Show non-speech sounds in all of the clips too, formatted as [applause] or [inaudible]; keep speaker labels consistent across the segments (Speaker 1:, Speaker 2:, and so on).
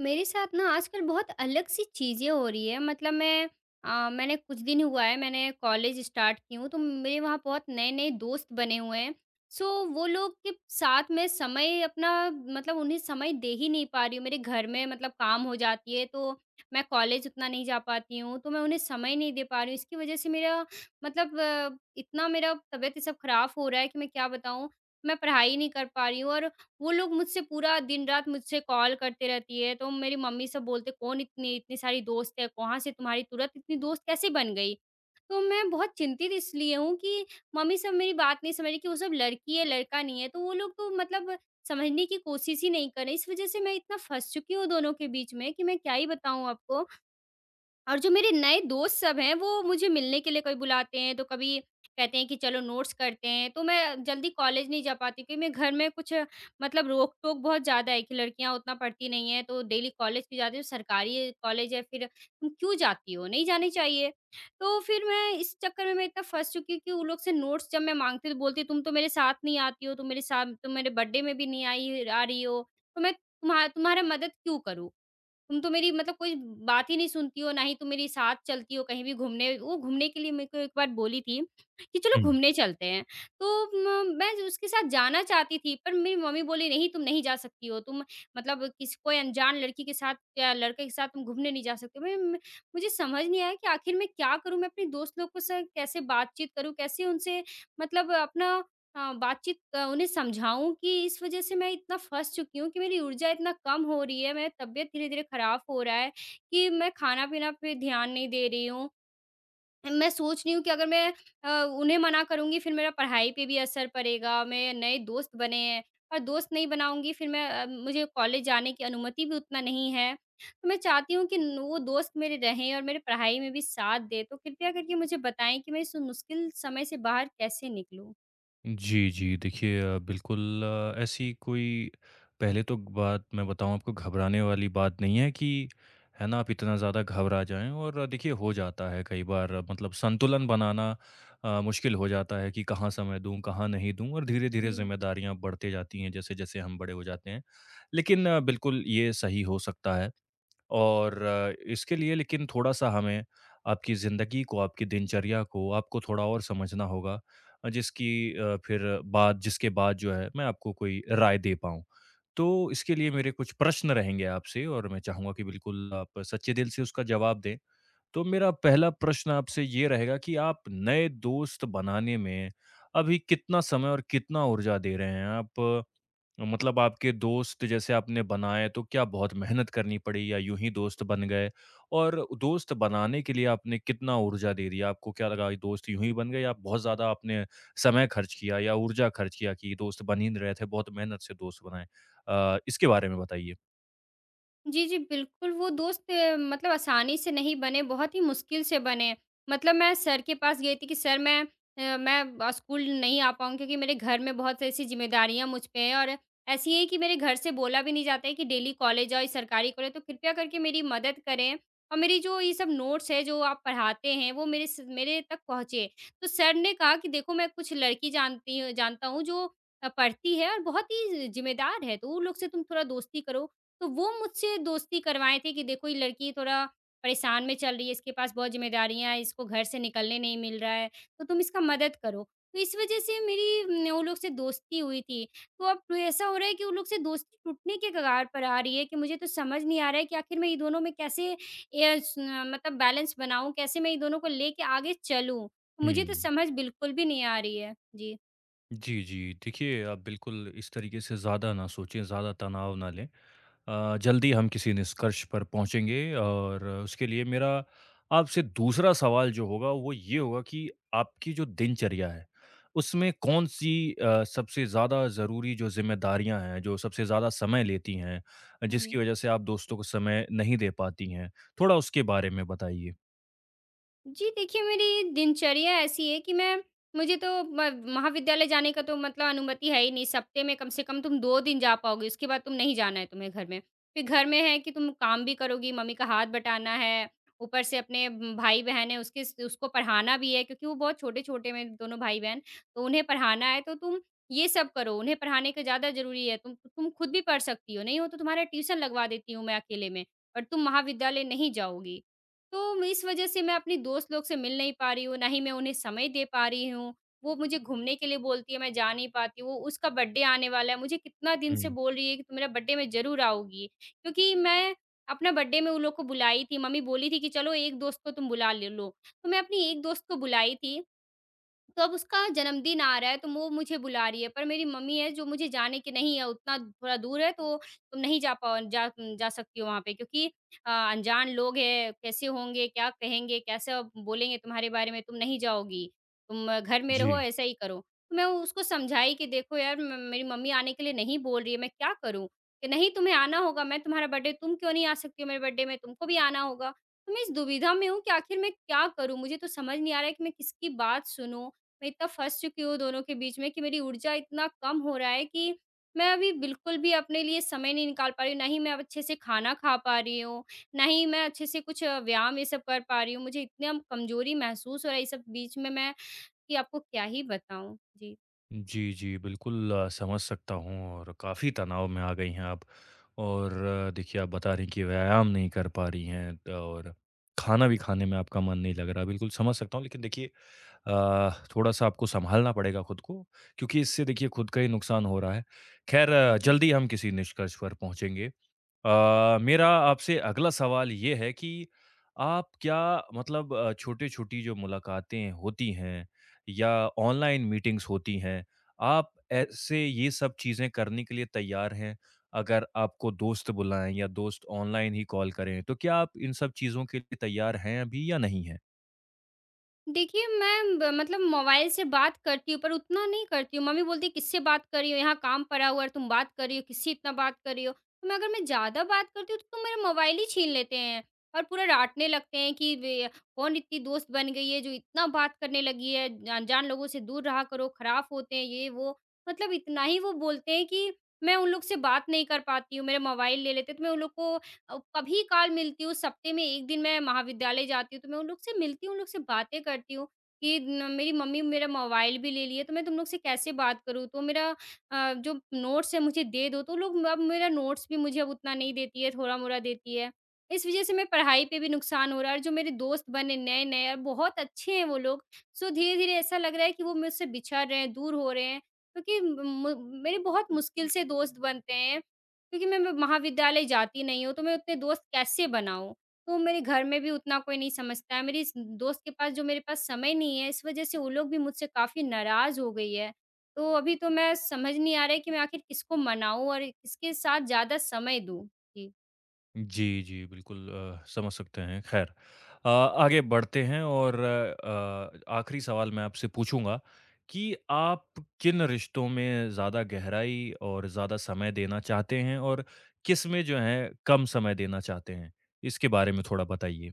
Speaker 1: मेरे साथ ना आजकल बहुत अलग-सी चीज़ें हो रही है मैंने कुछ दिन हुआ है मैंने कॉलेज स्टार्ट की हूँ तो मेरे वहाँ बहुत नए-नए दोस्त बने हुए हैं। सो वो लोग के साथ मैं समय अपना मतलब उन्हें समय दे ही नहीं पा रही हूँ। मेरे घर में काम हो जाती है तो मैं कॉलेज उतना नहीं जा पाती हूँ, तो मैं उन्हें समय नहीं दे पा रही हूँ। इसकी वज़ह से मतलब अ, इतना मेरा तबीयत ये सब खराब हो रहा है कि मैं क्या बताऊँ? मैं पढ़ाई नहीं कर पा रही हूँ और वो लोग मुझसे पूरा दिन-रात मुझसे कॉल करते रहती है, तो मेरी मम्मी सब बोलते कौन इतनी इतनी सारी दोस्त है, कहाँ से तुम्हारी तुरंत इतनी दोस्त कैसे बन गई? तो मैं बहुत चिंतित इसलिए हूँ कि मम्मी सब मेरी बात नहीं समझ रही कि वो सब लड़की है, लड़का नहीं है, तो वो लोग तो समझने की कोशिश ही नहीं कर रहे। इस वज़ह से मैं इतना फँस चुकी हूँ दोनों के बीच में कि मैं क्या ही बताऊँ आपको। और जो मेरे नए दोस्त सब हैं, वो मुझे मिलने के लिए कभी बुलाते हैं, तो कभी कहते हैं कि चलो नोट्स करते हैं, तो मैं जल्दी कॉलेज नहीं जा पाती क्योंकि मैं घर में कुछ मतलब रोक-टोक बहुत ज़्यादा है कि लड़कियाँ उतना पढ़ती नहीं हैं, तो डेली कॉलेज भी जाती हो, सरकारी कॉलेज है, फिर तुम क्यों जाती हो? नहीं जानी चाहिए। तो फिर मैं इस चक्कर में मैं इतना फँस चुकी हूँ कि वो लोग से नोट्स जब मैं माँगती हूँ, तो बोलती है, "तुम तो मेरे साथ नहीं आती हो, तुम मेरे बर्थडे में भी नहीं आई आ रही हो, तो मैं तुम्हारा मदद क्यों करूँ?" तुम तो मेरी कोई बात ही नहीं सुनती हो, ना ही तुम मेरे साथ चलती हो कहीं भी घूमने। वो घूमने के लिए मेरे को एक बार बोली थी कि चलो
Speaker 2: हुँ।
Speaker 1: घूमने चलते हैं। तो म मैं उसके साथ जाना चाहती थी, पर मेरी मम्मी बोली नहीं तुम नहीं जा सकती हो। तुम मतलब किसी कोई अनजान लड़की के साथ या लड़के के साथ तुम घूमने नहीं जा सकते हो। मैं म मुझे समझ नहीं आया कि आखिर मैं क्या करूँ? मैं अपने दोस्त लोग के साथ कैसे बातचीत करूँ? कैसे उनसे मतलब अपना हाँ, उन्हें समझाऊँ कि इस वज़ह से मैं इतना फँस चुकी हूँ कि मेरी ऊर्जा इतना कम हो रही है, मेरा तबीयत धीरे-धीरे ख़राब हो रहा है कि मैं खाना-पीना पे ध्यान नहीं दे रही हूँ। मैं सोच रही हूँ कि अगर मैं उन्हें मना करूँगी फिर मेरा पढ़ाई पे भी असर पड़ेगा, मेरे नए दोस्त बने हैं और दोस्त नहीं बनाऊँगी फिर मुझे कॉलेज जाने की अनुमति भी उतना नहीं है। तो मैं चाहती हूँ कि न वो दोस्त मेरे रहें और मेरे पढ़ाई में भी साथ दें, तो कृपया करके मुझे बताएँ कि मैं इस मुश्किल समय से बाहर कैसे निकलूँ?
Speaker 2: जी, जी। देखिए बिल्कुल ऐसी कोई पहले तो बात मैं बताऊँ आपको घबराने वाली बात नहीं है कि, है ना, आप इतना ज़्यादा घबरा जाएँ और देखिए हो जाता है कई बार मतलब संतुलन बनाना मुश्किल हो जाता है कि कहाँ समय दूँ, कहाँ नहीं दूँ और धीरे-धीरे
Speaker 1: जी।
Speaker 2: ज़िम्मेदारियाँ बढ़ते जाती हैं जैसे-जैसे हम बड़े हो जाते हैं। लेकिन बिल्कुल ये सही हो सकता है। और इसके लिए लेकिन थोड़ा-सा हमें आपकी ज़िंदगी को, आपकी दिनचर्या को आपको थोड़ा और समझना होगा अ, जिसकी अ, फिर बाद जिसके बाद जो है मैं आपको कोई राय दे पाऊँ। तो इसके लिए मेरे कुछ प्रश्न रहेंगे आपसे और मैं चाहूँगा कि बिल्कुल आप सच्चे दिल से उसका जवाब दें। तो मेरा पहला प्रश्न आपसे ये रहेगा कि आप नए दोस्त बनाने में अभी कितना समय और कितना ऊर्जा दे रहे हैं? आप मतलब आपके दोस्त जैसे आपने बनाए तो क्या बहुत मेहनत करनी पड़ी या यूं ही दोस्त बन गए? और दोस्त बनाने के लिए आपने कितना ऊर्जा दे दिया? आपको क्या लगा ये दोस्त यूँ ही बन गए या बहुत ज़्यादा आपने समय खर्च किया या ऊर्जा खर्च किया कि ये दोस्त बन ही नहीं रहे थे, बहुत मेहनत से दोस्त बनाए? इसके बारे में बताइए।
Speaker 1: जी, जी, बिल्कुल, वो दोस्त आसानी से नहीं बने, बहुत ही मुश्किल से बने। मतलब मैं सर के पास गई थी कि सर मैं स्कूल नहीं आ पाऊँगी क्योंकि मेरे घर में बहुत ऐसी ज़िम्मेदारियाँ मुझ पे हैं और ऐसी है कि मेरे घर से बोला भी नहीं जाता है कि डेली कॉलेज जाओ, ये सरकारी कॉलेज तो कृपया करके मेरी मदद करें और मेरी जो ये सब नोट्स है, जो आप पढ़ाते हैं, वो मेरे तक पहुँचे। तो सर ने कहा कि देखो मैं कुछ लड़की जानती हूँ जानता हूँ जो पढ़ती है और बहुत ही ज़िम्मेदार है, तो उन लोग से तुम थोड़ा दोस्ती करो। तो वो मुझसे दोस्ती करवाए थे कि देखो ये लड़की थोड़ा परेशान में चल रही है, इसके पास बहुत ज़िम्मेदारियाँ हैं, इसको घर से निकलने नहीं मिल रहा है, तो तुम इसका मदद करो। तो इस वज़ह से मेरी उन लोग से दोस्ती हुई थी। तो अब तो ऐसा हो रहा है कि उन लोग से दोस्ती टूटने के कगार पर आ रही है कि मुझे तो समझ नहीं आ रहा है कि आखिर मैं ये दोनों में कैसे ए, स मतलब बैलेंस बनाऊँ, कैसे मैं ये दोनों को लेके आगे चलूँ? मुझे तो
Speaker 2: हुँ।
Speaker 1: समझ बिल्कुल भी नहीं आ रही है। जी,
Speaker 2: जी, जी। देखिए, आप बिल्कुल इस तरीके से ज़्यादा ना सोचें, ज़्यादा तनाव ना लें। जल्दी हम किसी निष्कर्ष पर पहुँचेंगे और उसके लिए मेरा आपसे दूसरा सवाल जो होगा, वो ये होगा कि आपकी जो दिनचर्या है, उसमें कौन-सी सबसे ज़्यादा ज़रूरी जो ज़िम्मेदारियाँ हैं, जो सबसे ज़्यादा समय लेती हैं, जिसकी
Speaker 1: जी।
Speaker 2: वज़ह से आप दोस्तों को समय नहीं दे पाती हैं? थोड़ा उसके बारे में बताइए।
Speaker 1: जी, देखिए मेरी दिनचर्या ऐसी है कि मैं मुझे तो म महाविद्यालय जाने का तो अनुमति है ही नहीं, इस हफ्ते में कम से कम तुम 2 दिन जा पाओगे, उसके बाद तुम नहीं जाना है तुम्हें घर में। फिर घर में है कि तुम काम भी करोगी, मम्मी का हाथ बटाना है, ऊपर से अपने भाई-बहन है उसके स उसको पढ़ाना भी है क्योंकि वो बहुत छोटे-छोटे में दोनों भाई-बहन, तो उन्हें पढ़ाना है तो तुम ये सब करो, उन्हें पढ़ाने का ज़्यादा ज़रूरी है। तुम खुद भी पढ़ सकती हो, नहीं हो तो तुम्हारा ट्यूशन लगवा देती हूँ मैं अकेले में और तुम महाविद्यालय नहीं जाओगी। तो मैं इस वजह से मैं अपनी दोस्त लोग से मिल नहीं पा रही हूँ, ना ही मैं उन्हें समय दे पा रही हूँ। वो मुझे घूमने के लिए बोलती है, मैं जा नहीं पाती हूँ। उसका बर्थडे आने वाला है, मुझे कितना दिन से
Speaker 2: हुँ।
Speaker 1: बोल रही है कि तुम मेरा बर्थडे में ज़रूर आओगी। क्योंकि मैं अपना बर्थडे में उन लोग को बुलाई थी, मम्मी बोली थी कि चलो एक दोस्त को तुम बुला ले लो। तो मैं अपनी एक दोस्त को बुलाई थी। तो अब उसका जन्मदिन आ रहा है, तो वो मुझे बुला रही है, पर मेरी मम्मी है जो मुझे जाने की नहीं है, उतना थोड़ा दूर है तो तुम नहीं जा पाओ जा जा सकती हो वहाँ पे क्योंकि अनजान लोग हैं, कैसे होंगे, क्या कहेंगे, कैसा बोलेंगे तुम्हारे बारे में, तुम नहीं जाओगी, तुम घर में
Speaker 2: जी।
Speaker 1: रहो, ऐसा ही करो। तो मैं उसको समझाई कि देखो यार म मेरी मम्मी आने के लिए नहीं बोल रही है, मैं क्या करूँ? कि नहीं तुम्हें आना होगा, मैं तुम्हारा बर्थडे तुम क्यों नहीं आ सकती हो मेरे बर्थडे में, तुमको भी आना होगा। तो मैं इस दुविधा में हूँ कि आखिर मैं क्या करूँ? मुझे तो समझ नहीं आ रहा है कि मैं किसकी बात सुनूँ? मैं इतना फँस चुकी हूँ दोनों के बीच में कि मेरी ऊर्जा इतना कम हो रहा है कि मैं अभी बिल्कुल भी अपने लिए समय नहीं निकाल पा रही हूँ, ना ही मैं अब अच्छे से खाना खा पा रही हूँ, ना ही मैं अच्छे से कुछ व्यायाम ये सब कर पा रही हूँ। मुझे इतना कमज़ोरी महसूस हो रहा है ये सब बीच में मैं कि आपको क्या ही बताऊँ?
Speaker 2: जी, जी, बिल्कुल समझ सकता हूँ और काफ़ी तनाव में आ गई हैं आप और देखिए, आप बता रही हैं कि व्यायाम नहीं कर पा रही हैं त और खाना भी खाने में आपका मन नहीं लग रहा। बिल्कुल समझ सकता हूँ, लेकिन देखिए अ, थोड़ा-सा आपको सँभालना पड़ेगा खुद को क्योंकि इससे देखिए खुद का ही नुकसान हो रहा है। ख़ैर
Speaker 1: जी।
Speaker 2: जल्दी हम किसी निष्कर्ष पर पहुँचेंगे। मेरा आपसे अगला सवाल ये है कि आप क्या मतलब छोटी-छोटी जो मुलाकातें होती हैं या ऑनलाइन मीटिंग्स होती हैं, आप ऐसे ये सब चीज़ें करने के लिए तैयार हैं? अगर आपको दोस्त बुलाएँ या दोस्त ऑनलाइन ही कॉल करें, तो क्या आप इन सब चीज़ों के लिए तैयार हैं अभी या नहीं हैं?
Speaker 1: देखिए, मैं ब मतलब मोबाइल से बात करती हूँ, पर उतना नहीं करती हूँ। मम्मी बोलती है, "किससे बात कर रही हो? यहाँ काम पड़ा हुआ है और तुम बात कर रही हो, किससे इतना बात कर रही हो?" तो मैं अगर मैं ज़्यादा बात करती हूँ, तो तुम मेरा मोबाइल ही छीन लेते हैं और पूरा डाँटने लगते हैं कि वे कौन इतनी दोस्त बन गई है, जो इतना बात करने लगी है। ज अनजान लोगों से दूर रहा करो, खराब होते हैं, ये वो। मतलब इतना ही वो बोलते हैं कि मैं उन लोग से बात नहीं कर पाती हूँ, मेरा मोबाइल ले लेते हैं। तो मैं उन लोग को कभी काल मिलती हूँ, सप्ते में 1 दिन मैं महाविद्यालय जाती हूँ, तो मैं उन लोग से मिलती हूँ, उन लोग से बातें करती हूँ कि न मेरी मम्मी मेरा मोबाइल भी ले ली है, तो मैं तुम लोग से कैसे बात करूँ? तो जो नोट्स है मुझे दे दो, तो लोग अब मेरा नोट्स भी मुझे अब उतना नहीं देती है, थोड़ा-मोड़ा देती है। इस वज़ह से मैं पढ़ाई पे भी नुकसान हो रहा है और जो मेरे दोस्त बने नए-नए और बहुत अच्छे हैं वो लोग, सो धीरे-धीरे ऐसा लग रहा है कि वो मुझसे बिछड़ रहे हैं, दूर हो रहे हैं क्योंकि म म मेरे बहुत मुश्किल से दोस्त बनते हैं। क्योंकि मैं महाविद्यालय जाती नहीं हूँ, तो मैं उतने दोस्त कैसे बनाऊँ? तो मेरे घर में भी उतना कोई नहीं समझता है, मेरी इस दोस्त के पास जो मेरे पास समय नहीं है, इस वजह से वो लोग भी मुझसे काफ़ी नाराज़ हो गई है। तो अभी तो मैं समझ नहीं आ रहा है कि मैं आखिर किसको मनाऊँ और किसके साथ ज़्यादा समय दूँ? जी।
Speaker 2: जी, जी, बिल्कुल समझ सकते हैं। ख़ैर आगे बढ़ते हैं और आखिरी सवाल मैं आपसे पूछूँगा कि आप किन रिश्तों में ज़्यादा गहराई और ज़्यादा समय देना चाहते हैं और किसमें जो है कम समय देना चाहते हैं? इसके बारे में थोड़ा बताइए।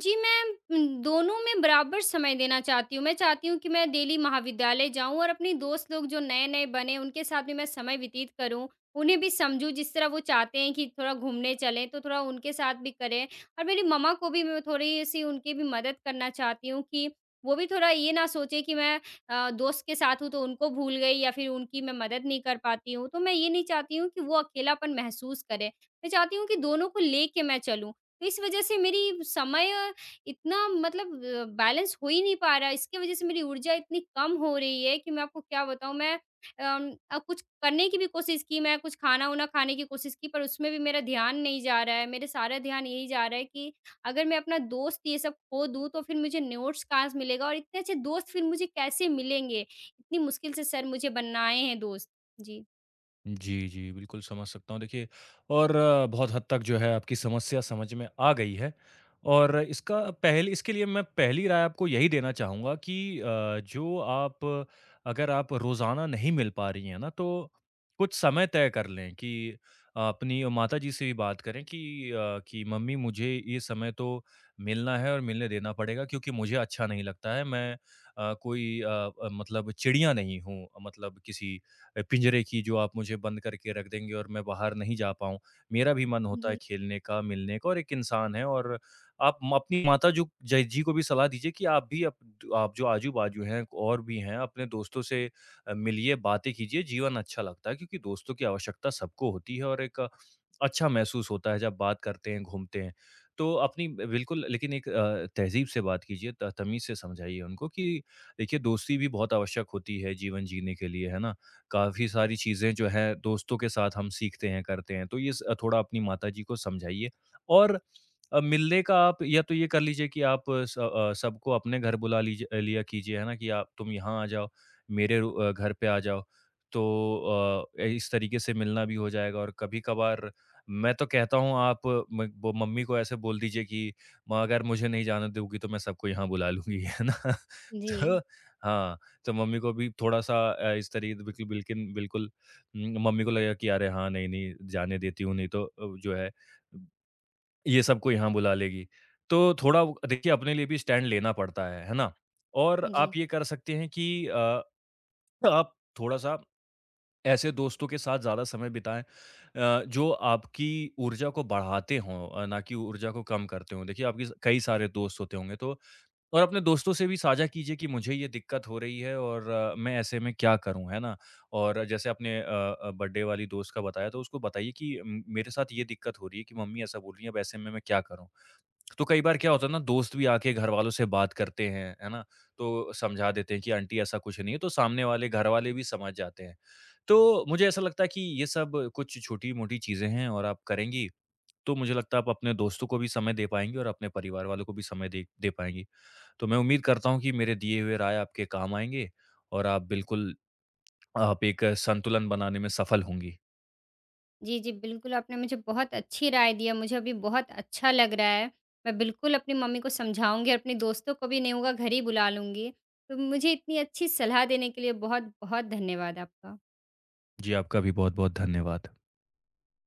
Speaker 1: जी। मैं दोनों में बराबर समय देना चाहती हूँ। मैं चाहती हूँ कि मैं डेली महाविद्यालय जाऊँ और अपने दोस्त लोग जो नए-नए बने, उनके साथ भी मैं समय व्यतीत करूँ। उन्हें भी समझूँ जिस तरह वो चाहते हैं कि थोड़ा घूमने चलें, तो थोड़ा उनके साथ भी करें। और मेरी मम्मा को भी मैं थोड़ी-सी उनकी भी मदद करना चाहती हूँ कि वो भी थोड़ा ये ना सोचें कि मैं दोस्त के साथ हूँ, तो उनको भूल गई या फिर उनकी मैं मदद नहीं कर पाती हूँ। तो मैं ये नहीं चाहती हूँ कि वो अकेलापन महसूस करें। मैं चाहती हूँ कि दोनों को लेके मैं चलूँ। इस वजह से मेरी समय इतना बैलेंस हो ही नहीं पा रहा है। इसकी वजह से मेरी ऊर्जा इतनी कम हो रही है कि मैं आपको क्या बताऊँ मैं कुछ करने की भी कोशिश की, मैं कुछ खाना-वाना खाने की कोशिश की पर उसमें भी मेरा ध्यान नहीं जा रहा है। मेरा सारा ध्यान यही जा रहा है कि अगर मैं अपना दोस्त ये सब खो दूँ तो फिर मुझे नोट्स कहाँ से मिलेगा और इतने अच्छे दोस्त फिर मुझे कैसे मिलेंगे? इतनी मुश्किल से सर मुझे बनाए हैं दोस्त। जी।
Speaker 2: जी, जी, बिल्कुल समझ सकता हूँ। देखिए और बहुत हद तक जो है आपकी समस्या समझ में आ गई है और इसका पहल इसके लिए मैं पहली राय आपको यही देना चाहूँगा कि जो आप अगर आप रोज़ाना नहीं मिल पा रही हैं ना, तो कुछ समय तय कर लें कि अपनी माताजी से भी बात करें कि मम्मी मुझे ये समय तो मिलना है और मिलने देना पड़ेगा क्योंकि मुझे अच्छा नहीं लगता है। मैं कोई मतलब चिड़िया नहीं हूँ मतलब किसी पिंजरे की जो आप मुझे बंद करके रख देंगे और मैं बाहर नहीं जा पाऊँ। मेरा भी मन होता है
Speaker 1: जी,
Speaker 2: खेलने का, मिलने का और एक इंसान है और आप म अपनी माता जो जय जी को भी सलाह दीजिए कि आप भी अप आप जो आजू-बाजू हैं और भी हैं, अपने दोस्तों से मिलिए, बातें कीजिए, जीवन अच्छा लगता है क्योंकि दोस्तों की आवश्यकता सबको होती है और एक अच्छा महसूस होता है जब बात करते हैं, घूमते हैं। तो अपनी बिल्कुल लेकिन एक तहज़ीब से बात कीजिए, त तमीज़ से समझाइए उनको कि देखिए दोस्ती भी बहुत आवश्यक होती है जीवन जीने के लिए, है ना? काफ़ी सारी चीज़ें जो हैं दोस्तों के साथ हम सीखते हैं, करते हैं। तो ये स थोड़ा अपनी माताजी को समझाइए और मिलने का आप या तो ये कर लीजिए कि आप सबको अपने घर बुला लीज लिया कीजिए, है ना? कि आप तुम यहाँ आ जाओ, मेरे घर पे आ जाओ। तो इस तरीके से मिलना भी हो जाएगा और कभी-कभार मैं तो कहता हूँ आप अ, म ब मम्मी को ऐसे बोल दीजिए कि माँ अगर मुझे नहीं जाने दोगी तो मैं सबको यहाँ बुला लूँगी, है ना? [laughs] तो
Speaker 1: जी।
Speaker 2: हाँ। तो मम्मी को भी थोड़ा-सा इस तरी बिल्कुल बिल्किन बिल्कुल मम्मी को लगा कि अरे! हाँ, नहीं-नहीं जाने देती हूँ, नहीं तो जो है ये सबको यहाँ बुला लेगी। तो थोड़ा वो देखिए अपने लिए भी स्टैंड लेना पड़ता है ना? और
Speaker 1: जी।
Speaker 2: आप ये कर सकते हैं कि आप थोड़ा-सा ऐसे दोस्तों के साथ ज़्यादा समय बिताएँ जो आपकी ऊर्जा को बढ़ाते हों ना कि ऊर्जा को कम करते हों। देखिए आपके स कई सारे दोस्त होते होंगे तो और अपने दोस्तों से भी साझा कीजिए कि मुझे ये दिक्कत हो रही है और मैं ऐसे में क्या करूं, है ना? और जैसे आपने बर्थडे वाली दोस्त का बताया, तो उसको बताइए कि मेरे साथ ये दिक्कत हो रही है कि मम्मी ऐसा बोल रही हैं, अब ऐसे में मैं क्या करूँ? तो कई बार क्या होता है ना, दोस्त भी आके घर वालों से बात करते हैं, है ना? तो समझा देते हैं कि आंटी ऐसा कुछ नहीं है, तो सामने वाले घर वाले भी समझ जाते हैं। तो मुझे ऐसा लगता है कि ये सब कुछ छोटी-मोटी चीज़ें हैं और आप करेंगी, तो मुझे लगता है आप अपने दोस्तों को भी समय दे पाएँगी और अपने परिवार वालों को भी समय दे दे पाएँगी। तो मैं उम्मीद करता हूँ कि मेरे दिए हुए राय आपके काम आएँगे और आप बिल्कुल आप एक संतुलन बनाने में सफल होंगी।
Speaker 1: जी, जी, बिल्कुल, आपने मुझे बहुत अच्छी राय दी है, मुझे अभी बहुत अच्छा लग रहा है। मैं बिल्कुल अपनी मम्मी को समझाऊँगी, अपने दोस्तों को भी नहीं होगा घर ही बुला लूँगी। तो मुझे इतनी अच्छी सलाह देने के लिए बहुत-बहुत धन्यवाद आपका।
Speaker 2: जी, आपका भी बहुत-बहुत धन्यवाद।